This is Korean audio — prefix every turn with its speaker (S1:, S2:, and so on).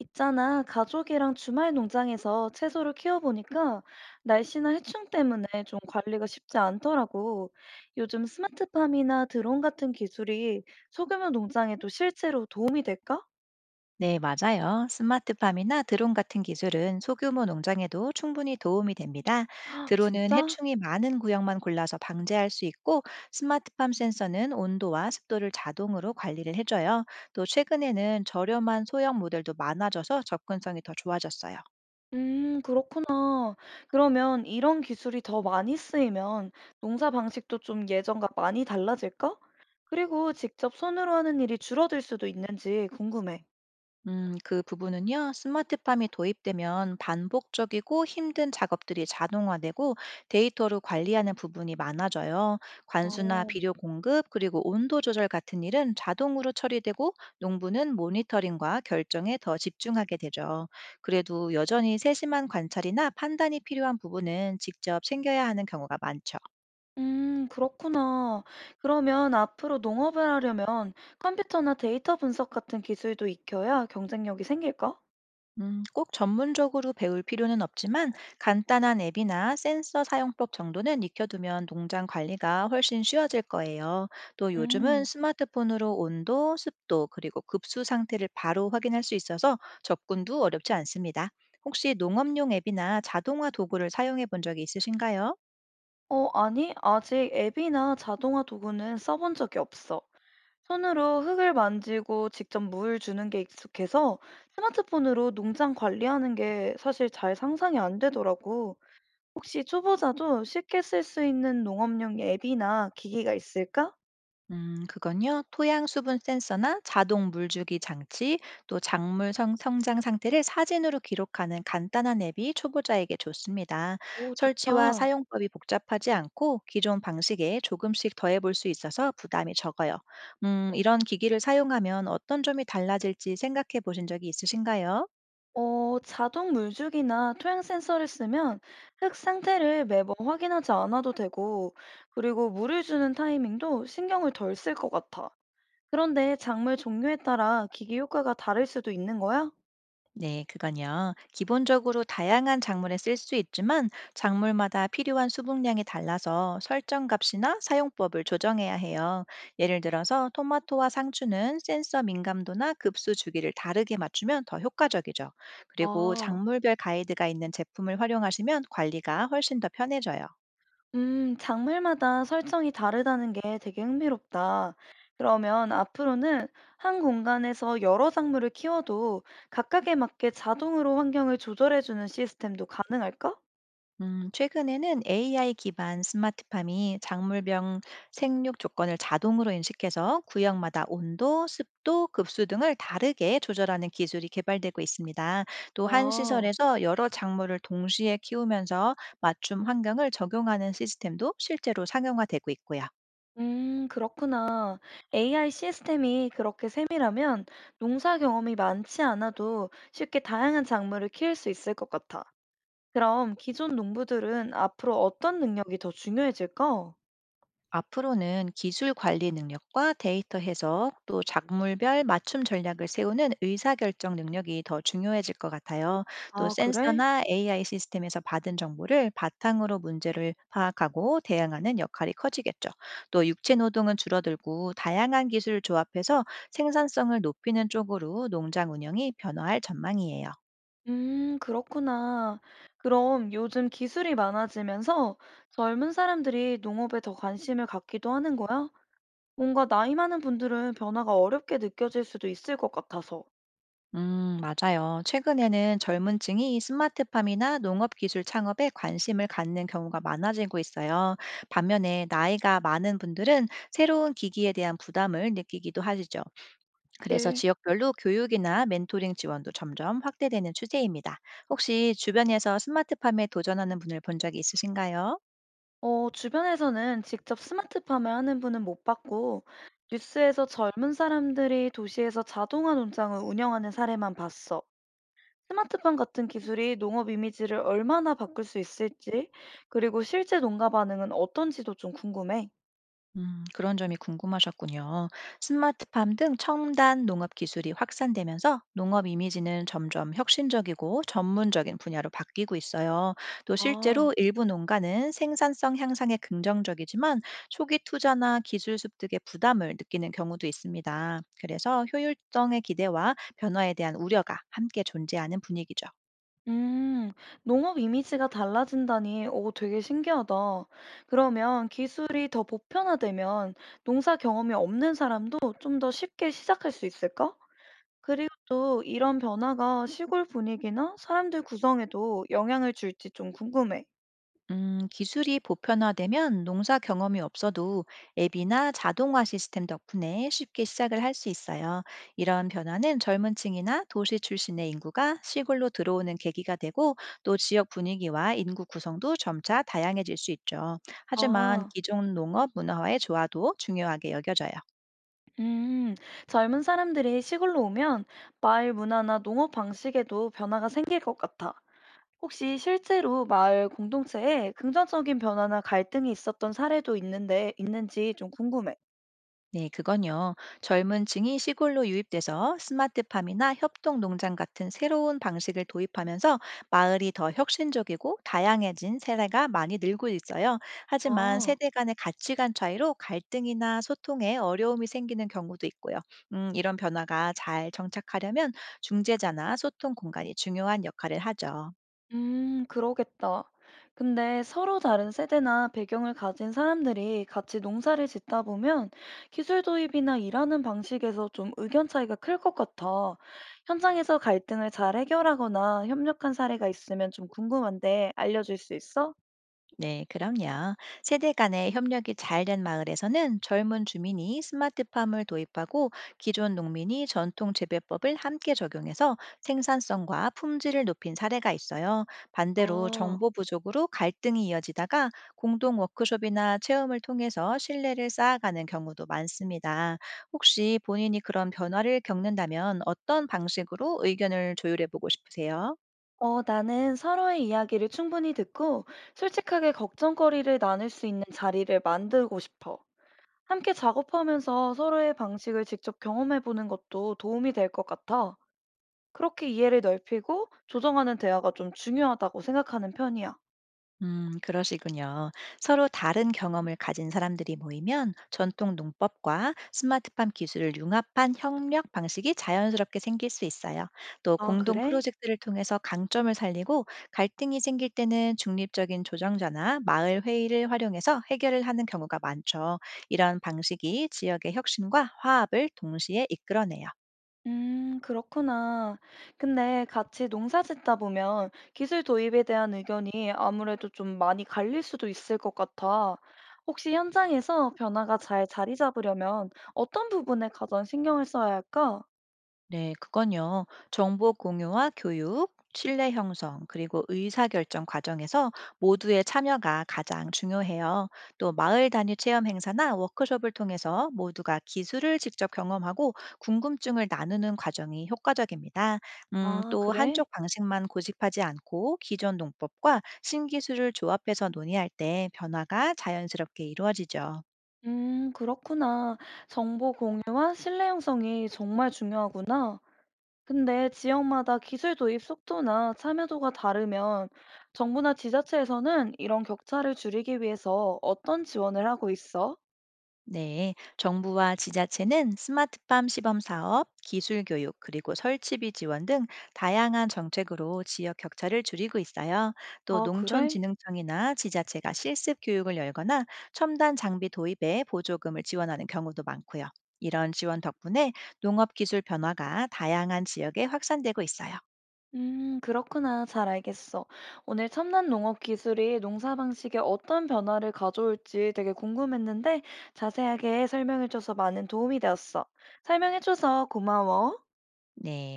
S1: 있잖아, 가족이랑 주말 농장에서 채소를 키워보니까 날씨나 해충 때문에 좀 관리가 쉽지 않더라고. 요즘 스마트팜이나 드론 같은 기술이 소규모 농장에도 실제로 도움이 될까?
S2: 네, 맞아요. 스마트팜이나 드론 같은 기술은 소규모 농장에도 충분히 도움이 됩니다.
S1: 아,
S2: 드론은
S1: 진짜?
S2: 해충이 많은 구역만 골라서 방제할 수 있고, 스마트팜 센서는 온도와 습도를 자동으로 관리를 해줘요. 또 최근에는 저렴한 소형 모델도 많아져서 접근성이 더 좋아졌어요.
S1: 그렇구나. 그러면 이런 기술이 더 많이 쓰이면 농사 방식도 좀 예전과 많이 달라질까? 그리고 직접 손으로 하는 일이 줄어들 수도 있는지 궁금해.
S2: 그 부분은요, 스마트팜이 도입되면 반복적이고 힘든 작업들이 자동화되고 데이터로 관리하는 부분이 많아져요.
S1: 아,
S2: 관수나 비료 공급, 그리고 온도 조절 같은 일은 자동으로 처리되고 농부는 모니터링과 결정에 더 집중하게 되죠. 그래도 여전히 세심한 관찰이나 판단이 필요한 부분은 직접 챙겨야 하는 경우가 많죠.
S1: 그렇구나. 그러면 앞으로 농업을 하려면 컴퓨터나 데이터 분석 같은 기술도 익혀야 경쟁력이 생길까?
S2: 꼭 전문적으로 배울 필요는 없지만 간단한 앱이나 센서 사용법 정도는 익혀두면 농장 관리가 훨씬 쉬워질 거예요. 또 요즘은
S1: 음,
S2: 스마트폰으로 온도, 습도, 그리고 급수 상태를 바로 확인할 수 있어서 접근도 어렵지 않습니다. 혹시 농업용 앱이나 자동화 도구를 사용해 본 적이 있으신가요?
S1: 어, 아니, 아직 앱이나 자동화 도구는 써본 적이 없어. 손으로 흙을 만지고 직접 물 주는 게 익숙해서 스마트폰으로 농장 관리하는 게 사실 잘 상상이 안 되더라고. 혹시 초보자도 쉽게 쓸 수 있는 농업용 앱이나 기기가 있을까?
S2: 그건요. 토양 수분 센서나 자동 물주기 장치, 또 작물 성장 상태를 사진으로 기록하는 간단한 앱이 초보자에게 좋습니다.
S1: 오,
S2: 설치와
S1: 좋다.
S2: 사용법이 복잡하지 않고 기존 방식에 조금씩 더해볼 수 있어서 부담이 적어요. 이런 기기를 사용하면 어떤 점이 달라질지 생각해 보신 적이 있으신가요?
S1: 어, 자동 물주기나 토양 센서를 쓰면 흙 상태를 매번 확인하지 않아도 되고, 그리고 물을 주는 타이밍도 신경을 덜 쓸 것 같아. 그런데 작물 종류에 따라 기기 효과가 다를 수도 있는 거야?
S2: 네, 그건요. 기본적으로 다양한 작물에 쓸 수 있지만 작물마다 필요한 수분량이 달라서 설정 값이나 사용법을 조정해야 해요. 예를 들어서 토마토와 상추는 센서 민감도나 급수 주기를 다르게 맞추면 더 효과적이죠. 그리고
S1: 아,
S2: 작물별 가이드가 있는 제품을 활용하시면 관리가 훨씬 더 편해져요.
S1: 작물마다 설정이 다르다는 게 되게 흥미롭다. 그러면 앞으로는 한 공간에서 여러 작물을 키워도 각각에 맞게 자동으로 환경을 조절해주는 시스템도 가능할까?
S2: 최근에는 AI 기반 스마트팜이 작물병 생육 조건을 자동으로 인식해서 구역마다 온도, 습도, 급수 등을 다르게 조절하는 기술이 개발되고 있습니다. 또한
S1: 아.
S2: 시설에서 여러 작물을 동시에 키우면서 맞춤 환경을 적용하는 시스템도 실제로 상용화되고 있고요.
S1: 그렇구나. AI 시스템이 그렇게 세밀하면 농사 경험이 많지 않아도 쉽게 다양한 작물을 키울 수 있을 것 같아. 그럼 기존 농부들은 앞으로 어떤 능력이 더 중요해질까?
S2: 앞으로는 기술 관리 능력과 데이터 해석, 또 작물별 맞춤 전략을 세우는 의사결정 능력이 더 중요해질 것 같아요. 또
S1: 아, 그래?
S2: 센서나 AI 시스템에서 받은 정보를 바탕으로 문제를 파악하고 대응하는 역할이 커지겠죠. 또 육체 노동은 줄어들고 다양한 기술을 조합해서 생산성을 높이는 쪽으로 농장 운영이 변화할 전망이에요.
S1: 그렇구나. 그럼 요즘 기술이 많아지면서 젊은 사람들이 농업에 더 관심을 갖기도 하는 거야? 뭔가 나이 많은 분들은 변화가 어렵게 느껴질 수도 있을 것 같아서.
S2: 맞아요. 최근에는 젊은 층이 스마트팜이나 농업 기술 창업에 관심을 갖는 경우가 많아지고 있어요. 반면에 나이가 많은 분들은 새로운 기기에 대한 부담을 느끼기도 하시죠. 그래서
S1: 그치?
S2: 지역별로 교육이나 멘토링 지원도 점점 확대되는 추세입니다. 혹시 주변에서 스마트팜에 도전하는 분을 본 적이 있으신가요?
S1: 어, 주변에서는 직접 스마트 팜을 하는 분은 못 봤고, 뉴스에서 젊은 사람들이 도시에서 자동화 농장을 운영하는 사례만 봤어. 스마트팜 같은 기술이 농업 이미지를 얼마나 바꿀 수 있을지, 그리고 실제 농가 반응은 어떤지도 좀 궁금해.
S2: 그런 점이 궁금하셨군요. 스마트팜 등 첨단 농업 기술이 확산되면서 농업 이미지는 점점 혁신적이고 전문적인 분야로 바뀌고 있어요. 또
S1: 아,
S2: 실제로 일부 농가는 생산성 향상에 긍정적이지만 초기 투자나 기술 습득의 부담을 느끼는 경우도 있습니다. 그래서 효율성의 기대와 변화에 대한 우려가 함께 존재하는 분위기죠.
S1: 음, 농업 이미지가 달라진다니, 오, 되게 신기하다. 그러면 기술이 더 보편화되면 농사 경험이 없는 사람도 좀 더 쉽게 시작할 수 있을까? 그리고 또 이런 변화가 시골 분위기나 사람들 구성에도 영향을 줄지 좀 궁금해.
S2: 기술이 보편화되면 농사 경험이 없어도 앱이나 자동화 시스템 덕분에 쉽게 시작을 할 수 있어요. 이런 변화는 젊은 층이나 도시 출신의 인구가 시골로 들어오는 계기가 되고 또 지역 분위기와 인구 구성도 점차 다양해질 수 있죠. 하지만
S1: 아,
S2: 기존 농업 문화와의 조화도 중요하게 여겨져요.
S1: 음, 젊은 사람들이 시골로 오면 마을 문화나 농업 방식에도 변화가 생길 것 같아. 혹시 실제로 마을 공동체에 긍정적인 변화나 갈등이 있었던 사례도 있는데, 있는지 좀 궁금해.
S2: 네, 그건요. 젊은 층이 시골로 유입돼서 스마트팜이나 협동 농장 같은 새로운 방식을 도입하면서 마을이 더 혁신적이고 다양해진 세대가 많이 늘고 있어요. 하지만
S1: 아.
S2: 세대 간의 가치관 차이로 갈등이나 소통에 어려움이 생기는 경우도 있고요. 이런 변화가 잘 정착하려면 중재자나 소통 공간이 중요한 역할을 하죠.
S1: 그러겠다. 근데 서로 다른 세대나 배경을 가진 사람들이 같이 농사를 짓다 보면 기술 도입이나 일하는 방식에서 좀 의견 차이가 클 것 같아. 현장에서 갈등을 잘 해결하거나 협력한 사례가 있으면 좀 궁금한데 알려줄 수 있어?
S2: 네, 그럼요. 세대 간의 협력이 잘된 마을에서는 젊은 주민이 스마트팜을 도입하고 기존 농민이 전통 재배법을 함께 적용해서 생산성과 품질을 높인 사례가 있어요. 반대로
S1: 아,
S2: 정보 부족으로 갈등이 이어지다가 공동 워크숍이나 체험을 통해서 신뢰를 쌓아가는 경우도 많습니다. 혹시 본인이 그런 변화를 겪는다면 어떤 방식으로 의견을 조율해 보고 싶으세요?
S1: 어, 나는 서로의 이야기를 충분히 듣고 솔직하게 걱정거리를 나눌 수 있는 자리를 만들고 싶어. 함께 작업하면서 서로의 방식을 직접 경험해보는 것도 도움이 될 것 같아. 그렇게 이해를 넓히고 조정하는 대화가 좀 중요하다고 생각하는 편이야.
S2: 그러시군요. 서로 다른 경험을 가진 사람들이 모이면 전통 농법과 스마트팜 기술을 융합한 협력 방식이 자연스럽게 생길 수 있어요. 또
S1: 아,
S2: 공동
S1: 그래?
S2: 프로젝트를 통해서 강점을 살리고 갈등이 생길 때는 중립적인 조정자나 마을 회의를 활용해서 해결을 하는 경우가 많죠. 이런 방식이 지역의 혁신과 화합을 동시에 이끌어내요.
S1: 그렇구나. 근데 같이 농사 짓다 보면 기술 도입에 대한 의견이 아무래도 좀 많이 갈릴 수도 있을 것 같아. 혹시 현장에서 변화가 잘 자리 잡으려면 어떤 부분에 가장 신경을 써야 할까?
S2: 네, 그건요. 정보 공유와 교육, 신뢰 형성, 그리고 의사결정 과정에서 모두의 참여가 가장 중요해요. 또 마을 단위 체험 행사나 워크숍을 통해서 모두가 기술을 직접 경험하고 궁금증을 나누는 과정이 효과적입니다.
S1: 아,
S2: 또
S1: 그래?
S2: 한쪽 방식만 고집하지 않고 기존 농법과 신기술을 조합해서 논의할 때 변화가 자연스럽게 이루어지죠.
S1: 그렇구나. 정보 공유와 신뢰 형성이 정말 중요하구나. 근데 지역마다 기술 도입 속도나 참여도가 다르면 정부나 지자체에서는 이런 격차를 줄이기 위해서 어떤 지원을 하고 있어?
S2: 네, 정부와 지자체는 스마트팜 시범 사업, 기술 교육, 그리고 설치비 지원 등 다양한 정책으로 지역 격차를 줄이고 있어요. 또
S1: 아, 그래?
S2: 농촌진흥청이나 지자체가 실습 교육을 열거나 첨단 장비 도입에 보조금을 지원하는 경우도 많고요. 이런 지원 덕분에 농업 기술 변화가 다양한 지역에 확산되고 있어요.
S1: 그렇구나. 잘 알겠어. 오늘 첨단 농업 기술이 농사 방식에 어떤 변화를 가져올지 되게 궁금했는데 자세하게 설명해줘서 많은 도움이 되었어. 설명해줘서 고마워.
S2: 네.